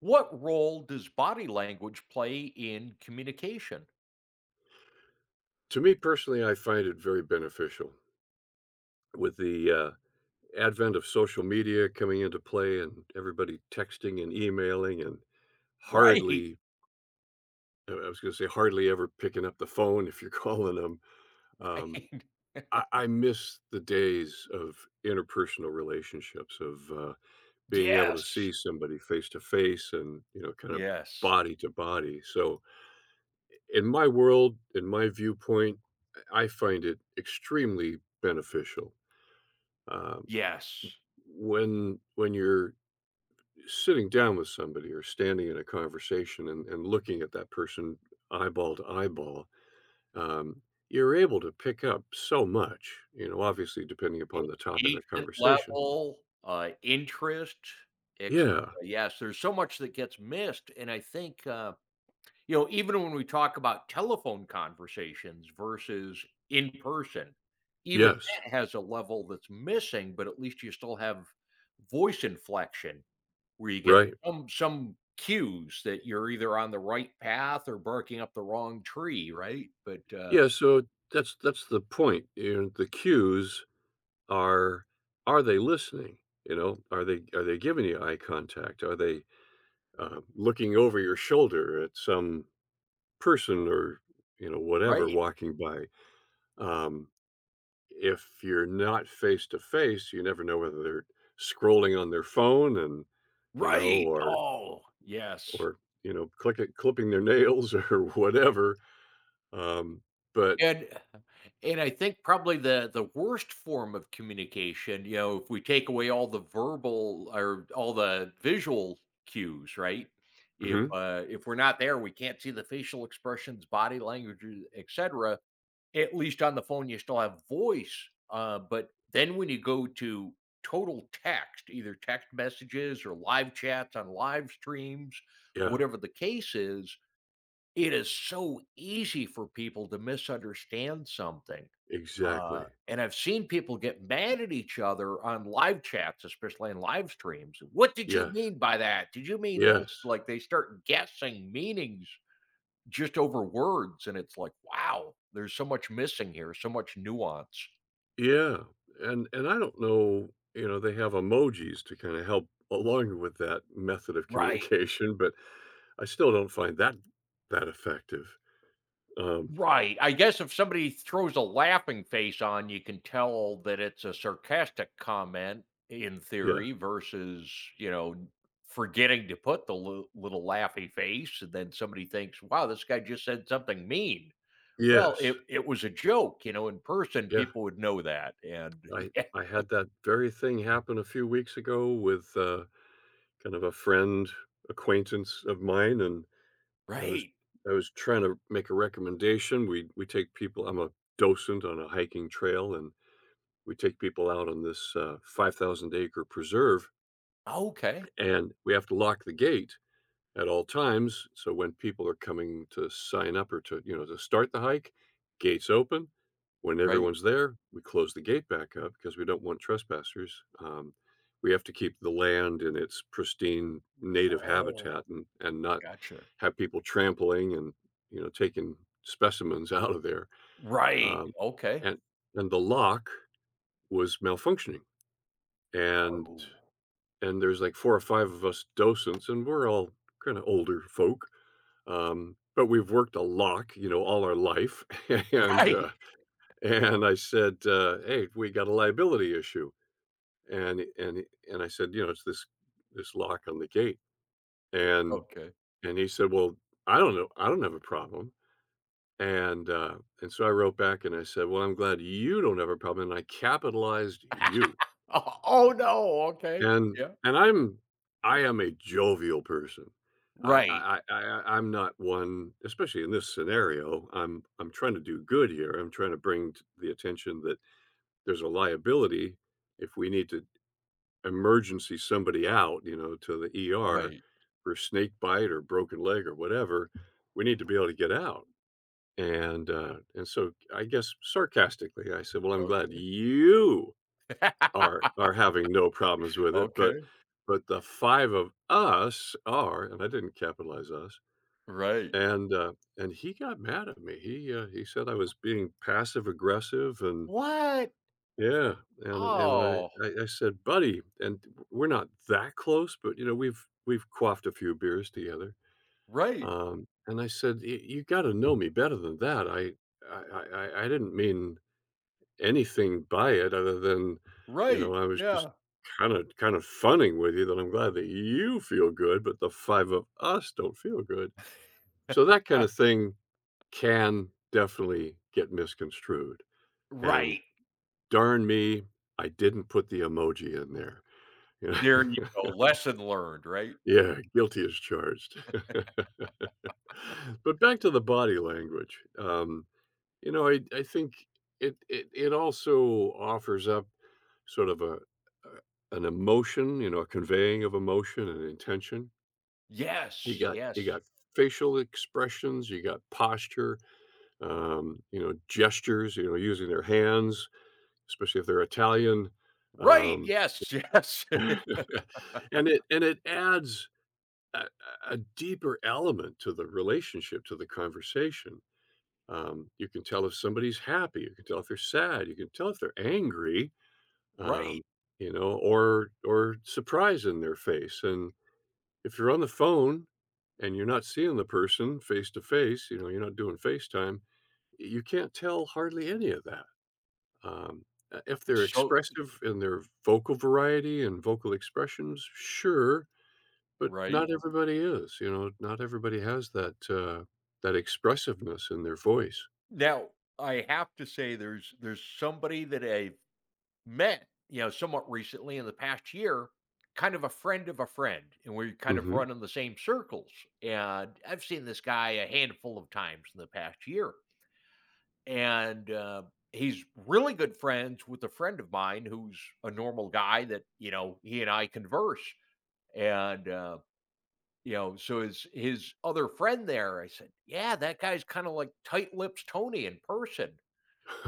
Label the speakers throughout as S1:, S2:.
S1: What role does body language play in communication?
S2: To me personally, I find it very beneficial. With the advent of social media coming into play and everybody texting and emailing and
S1: Right,
S2: hardly, I was going to say, hardly ever picking up the phone if you're calling them. Um,
S1: right.
S2: I miss the days of interpersonal relationships, of being able to
S1: Yes,
S2: see somebody face to face and, you know, kind of
S1: yes,
S2: body to body. So, in my world, in my viewpoint, I find it extremely beneficial. Um,
S1: yes.
S2: when you're sitting down with somebody or standing in a conversation and looking at that person eyeball to eyeball, um, you're able to pick up so much, you know, obviously depending upon the topic of the
S1: Engagement
S2: conversation.
S1: level, interest, etcetera.
S2: Yeah.
S1: Yes, there's so much that gets missed, and I think, you know, even when we talk about telephone conversations versus in person, even
S2: Yes.
S1: that has a level that's missing, but at least you still have voice inflection. Where you get
S2: Right.
S1: some cues that you're either on the right path or barking up the wrong tree, right? But
S2: Yeah, so that's the point, you know. The cues are are they listening? You know, are they, are they giving you eye contact? Are they looking over your shoulder at some person, or, you know, whatever,
S1: right,
S2: walking by. Um, if you're not face to face, you never know whether they're scrolling on their phone and, you know,
S1: right! Oh, yes.
S2: or you know, click clipping their nails or whatever. Um, but
S1: And and I think probably the worst form of communication, you know, if we take away all the verbal or all the visual cues, right?
S2: Mhm.
S1: If we're not there, we can't see the facial expressions, body language, e etcetera. At least on the phone, you still have voice. But then when you go to total text, either text messages or live chats on live streams,
S2: Yeah,
S1: whatever the case is, it is so easy for people to misunderstand something. Uh,
S2: exactly.
S1: and I've seen people get mad at each other on live chats, especially in live streams. What did you
S2: Yes,
S1: mean by that? Did you mean
S2: yes,
S1: this? Like they start guessing meanings just over words, and it's like, wow, there's so much missing here, so much nuance.
S2: yeah, and I don't know, you know, they have emojis to kind of help along with that method of
S1: Right.
S2: communication, but I still don't find that effective. Um,
S1: Right. I guess if somebody throws a laughing face on, you can tell that it's a sarcastic comment in
S2: Yeah.
S1: theory versus, you know, forgetting to put the little laughy face, and then somebody thinks, "Wow, this guy just said something mean." Well,
S2: Yes.
S1: it was a joke, you know, in person
S2: Yeah.
S1: people would know that. And
S2: I
S1: yeah,
S2: I had that very thing happen a few weeks ago with, kind of a friend acquaintance of mine, and I was
S1: right.
S2: I was trying to make a recommendation. We take people. I'm a docent on a hiking trail, and we take people out on this, 5,000 acre preserve,
S1: Okay.
S2: and we have to lock the gate at all times. So when people are coming to sign up or to, you know, to start the hike, gates open. When
S1: Right.
S2: everyone's there, we close the gate back up because we don't want trespassers. We have to keep the land in its pristine native
S1: Oh,
S2: habitat, and not
S1: gotcha.
S2: have people trampling and, you know, taking specimens out of there.
S1: Right,
S2: Um,
S1: okay.
S2: and, and the lock was malfunctioning, and,
S1: Oh.
S2: and there's like four or five of us docents and we're all kind of older folk, but we've worked a lock, you know, all our life. And
S1: Right,
S2: uh, and I said, hey, we got a liability issue. And and and I said, you know, it's this lock on the gate. And
S1: okay.
S2: and he said, well, I don't know, I don't have a problem. And so I wrote back and I said, well, I'm glad you don't have a problem. And I capitalized you.
S1: Oh, oh, no, okay.
S2: And
S1: Yeah.
S2: and I'm, I am a jovial person. I
S1: Right,
S2: I I I I'm not one. Especially in this scenario, I'm trying to do good here. I'm trying to bring to the attention that there's a liability if we need to emergency somebody out, you know, to the ER
S1: right,
S2: for snake bite or broken leg or whatever, we need to be able to get out. And and so I guess sarcastically, I said, well, I'm glad
S1: okay.
S2: you are having no problems with it,
S1: Okay,
S2: but the five of us are, and I didn't capitalize us,
S1: right.
S2: and, uh, and he got mad at me. He said I was being passive aggressive, and
S1: What?
S2: yeah, and and
S1: Oh,
S2: I I I said, "Buddy," and we're not that close, but, you know, we've quaffed a few beers together.
S1: right,
S2: And I said, You gotta know me better than that. I didn't mean anything by it other than, you know,
S1: right,
S2: I was just
S1: yeah.
S2: kinda funning with you that I'm glad that you feel good, but the five of us don't feel good." So that kinda thing can definitely get misconstrued, and
S1: Right,
S2: darn me, I didn't put the emoji in there. You know?
S1: there you go, lesson learned, right?
S2: Yeah, guilty as charged. But back to the body language, you know, I think it also offers up sort of a an emotion, you know, a conveying of emotion and intention. You
S1: Yes,
S2: got you
S1: yes.
S2: got facial expressions, you got posture, you know, gestures, you know, using their hands, especially if they're Italian,
S1: Right,
S2: um,
S1: yes, yes,
S2: and and it adds a a deeper element to the relationship, to the conversation. You can tell if somebody's happy, you can tell if they're sad, you can tell if they're angry,
S1: right.
S2: um, you know, or surprise in their face. And if you're on the phone and you're not seeing the person face to face, you know, you're not doing FaceTime, you can't tell hardly any of that. Um, if they're
S1: So
S2: expressive in their vocal variety and vocal expressions, sure, but
S1: right.
S2: not everybody is. You know, not everybody has that that expressiveness in their voice.
S1: Now, I have to say there's somebody that I've met, you know, somewhat recently in the past year, kind of a friend, and we kind of
S2: Hmm.
S1: run in the same circles. And I've seen this guy a handful of times in the past year, and he's really good friends with a friend of mine who's a normal guy that, you know, he and I converse, and you know, so his other friend there, I said, yeah, that guy's kind of like tight lips Tony in person.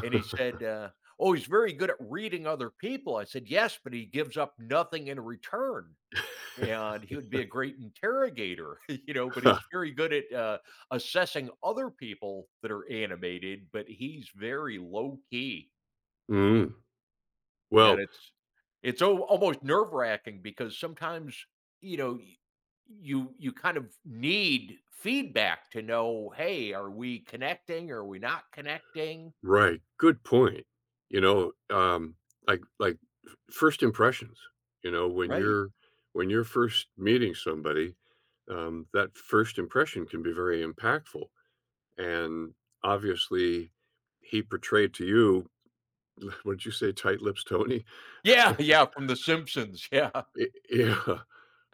S1: And he said, "Oh, he's very good at reading other people." I said, "Yes, but he gives up nothing in return." And he would be a great interrogator, you know, but he's very good at assessing other people that are animated, but he's very low key.
S2: Mm.
S1: And
S2: Well,
S1: it's almost nerve wracking because sometimes, you know, you kind of need feedback to know, hey, are we connecting? Are we not connecting?
S2: right, good point. You
S1: Yeah.
S2: know, like f- first impressions, you know, when
S1: Right.
S2: you're when you're first meeting somebody, that first impression can be very impactful, and obviously, he portrayed to you what'd you say, tight lips Tony?
S1: Yeah, yeah, from The Simpsons, yeah.
S2: Y- yeah,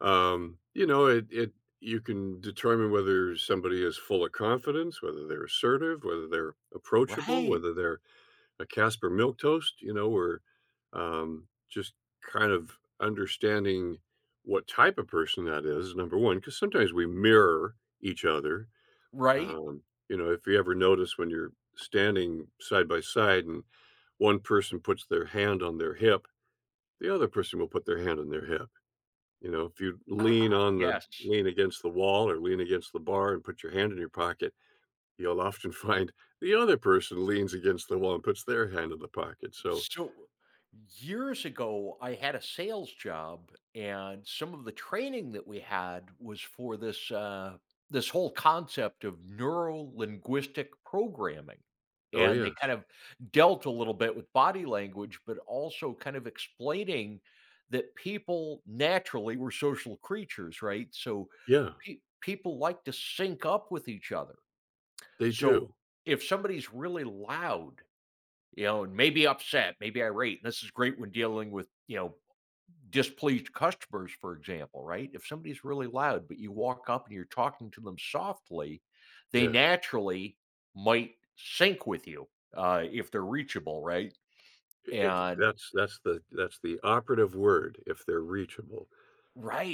S2: you know, it you can determine whether somebody is full of confidence, whether they're assertive, whether they're approachable,
S1: Right.
S2: whether they're a Casper milk toast, you know, or just kind of understanding what type of person that is, number one, because sometimes we mirror each other.
S1: Right?
S2: Um, you know, if you ever notice when you're standing side by side and one person puts their hand on their hip, the other person will put their hand on their hip. You know, if you lean
S1: Ah,
S2: on the
S1: yes.
S2: lean against the wall or lean against the bar and put your hand in your pocket, you'll often find the other person leans against the wall and puts their hand in the pocket. So
S1: So, years ago, I had a sales job, and some of the training that we had was for this whole concept of neuro-linguistic programming,
S2: Oh,
S1: and they
S2: yes.
S1: kind of dealt a little bit with body language, but also kind of explaining that people naturally were social creatures, right? So,
S2: Yeah,
S1: pe people like to sync up with each other.
S2: they
S1: So,
S2: do.
S1: if somebody's really loud, you know, and maybe upset, maybe irate, and this is great when dealing with, you know, displeased customers, for example, right? If somebody's really loud, but you walk up and you're talking to them softly, they
S2: Yeah.
S1: naturally might sync with you, if they're reachable, right?
S2: I it
S1: And
S2: that's the operative word, if they're reachable,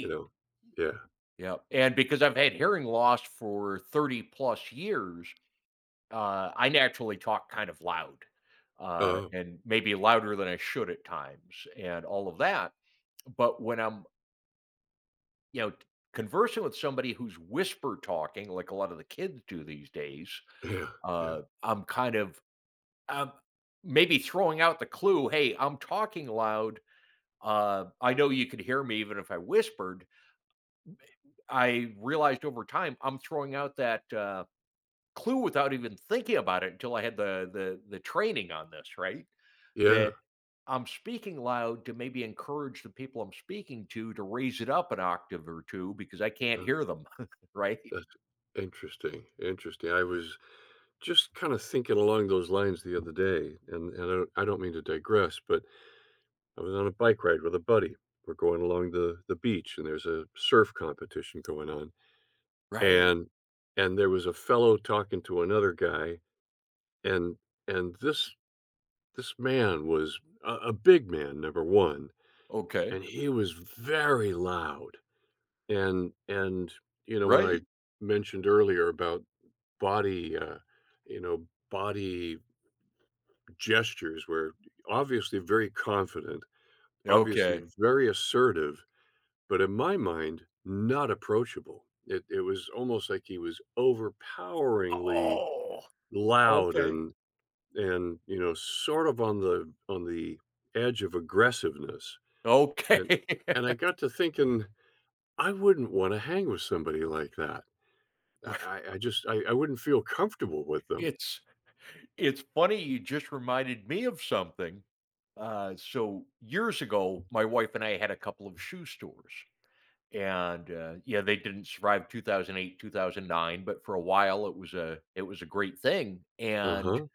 S2: you know? Yeah.
S1: Yeah. And because I've had hearing loss for 30 plus years, I naturally talk kind of loud,
S2: Oh,
S1: and maybe louder than I should at times and all of that. But when I'm, you know, conversing with somebody who's whisper talking like a lot of the kids do these days,
S2: yeah, yeah,
S1: I'm kind of um, maybe throwing out the clue, "Hey, I'm talking loud. I know you could hear me even if I whispered." I realized over time I'm throwing out that, clue without even thinking about it until I had the training on this, right?
S2: yeah.
S1: That I'm speaking loud to maybe encourage the people I'm speaking to raise it up an octave or two because I can't
S2: Uh,
S1: hear them, right?
S2: that's interesting, interesting. I was just kinda thinking along those lines the other day, and I don't mean to digress, but I was on a bike ride with a buddy. We're going along the beach, and there's a surf competition going on,
S1: Right.
S2: and and there was a fellow talking to another guy, and and this man was a big man, number one,
S1: Okay.
S2: and he was very loud, and and, you know, when I
S1: Right.
S2: mentioned earlier about body, you know, body gestures were obviously very confident, obviously
S1: Okay.
S2: very assertive, but in my mind, not approachable. It was almost like he was overpoweringly
S1: Oh,
S2: loud
S1: okay.
S2: and, you know, sort of on the edge of aggressiveness. And
S1: Okay.
S2: and I got to thinking, I wouldn't wanna hang with somebody like that.
S1: Well,
S2: I just I wouldn't feel comfortable with them.
S1: it's it's funny you just reminded me of something. So years ago, my wife and I had a couple of shoe stores. And, yeah, they didn't survive 2008, 2009, but for a while it was a great thing, and
S2: Uh-huh.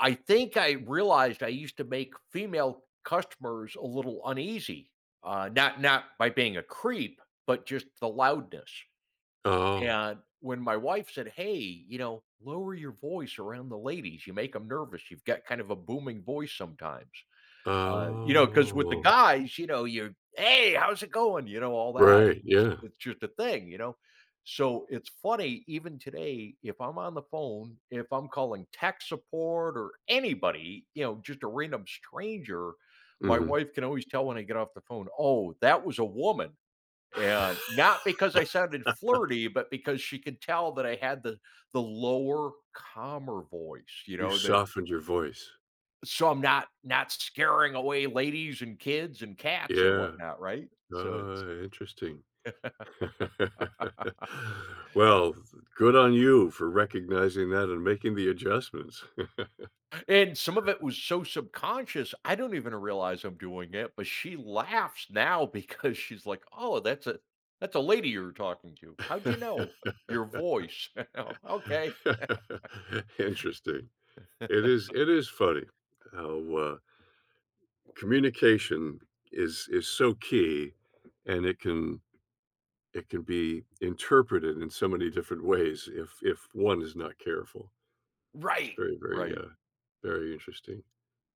S1: I think I realized I used to make female customers a little uneasy, not by being a creep, but just the loudness,
S2: Oh.
S1: and when my wife said, "Hey, you know, lower your voice around the ladies, you make them nervous, you've got kind of a booming voice sometimes." You know, because with the
S2: Oh.
S1: guys, you know, you're, "Hey, how's it going?" You know, all that.
S2: Right,
S1: It's
S2: yeah.
S1: it's just a thing, you know? So, it's funny, even today, if I'm on the phone, if I'm calling tech support or anybody, you know, just a random stranger, my
S2: Mhm.
S1: wife can always tell when I get off the phone, "Oh, that was a woman." And not because I sounded flirty, but because she could tell that I had the lower, calmer voice, you
S2: You
S1: know, that
S2: softened your voice.
S1: so I'm not scaring away ladies and kids and cats and
S2: Yeah.
S1: whatnot, right? So it's
S2: Ah, interesting. Well, good on you for recognizing that and making the adjustments.
S1: and some of it was so subconscious, I don't even realize I'm doing it, but she laughs now because she's like, "Oh, that's a lady you're talking to. How'd you know? Your voice." Okay.
S2: Interesting. It is funny how, communication is so key, and it can be interpreted in so many different ways if one is not careful. It's
S1: Right.
S2: very, very
S1: Right.
S2: very interesting.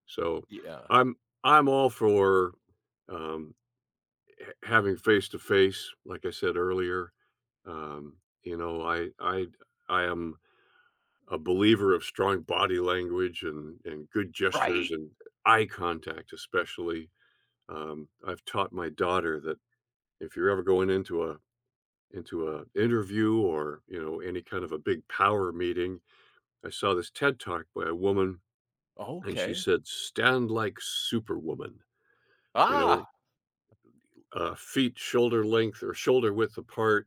S2: So
S1: Yeah.
S2: i'm I'm all for, um h- having face to face, like I said earlier. um you know, I am a believer of strong body language and good gestures
S1: Right.
S2: and eye contact especially. I've taught my daughter that if you're ever going into a interview, or, you know, any kind of a big power meeting, I saw this TED Talk by a woman, and she
S1: Okay.
S2: said, "Stand like Superwoman." You know,
S1: Ah,
S2: feet shoulder length or shoulder width apart,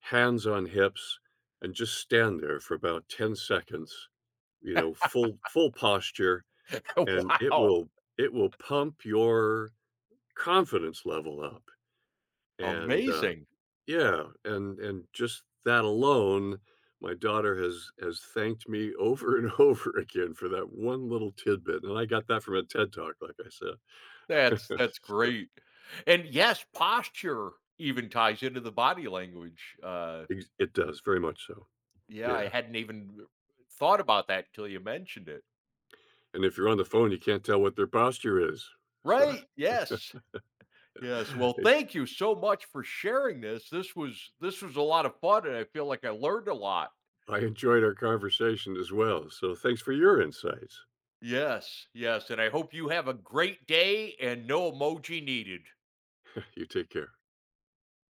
S2: hands on hips, and just stand there for about 10 seconds, you know, full posture, and
S1: wow.
S2: it will pump your confidence level up, and,
S1: Amazing.
S2: Yeah, and just that alone, my daughter has thanked me over and over again for that one little tidbit, and I got that from a TED Talk, like I said.
S1: That's
S2: So,
S1: great. And yes, posture even ties into the body language.
S2: ex- it does, very much so,
S1: Yeah, I
S2: yeah,
S1: hadn't even thought about that until you mentioned it.
S2: and if you're on the phone, you can't tell what their posture is, so,
S1: Right. Yes. Yes. Well,
S2: it
S1: thank you so much for sharing this. This was a lot of fun, and I feel like I learned a lot.
S2: I enjoyed our conversation as well, so thanks for your insights.
S1: Yes. Yes, and I hope you have a great day and no emoji needed.
S2: You take care.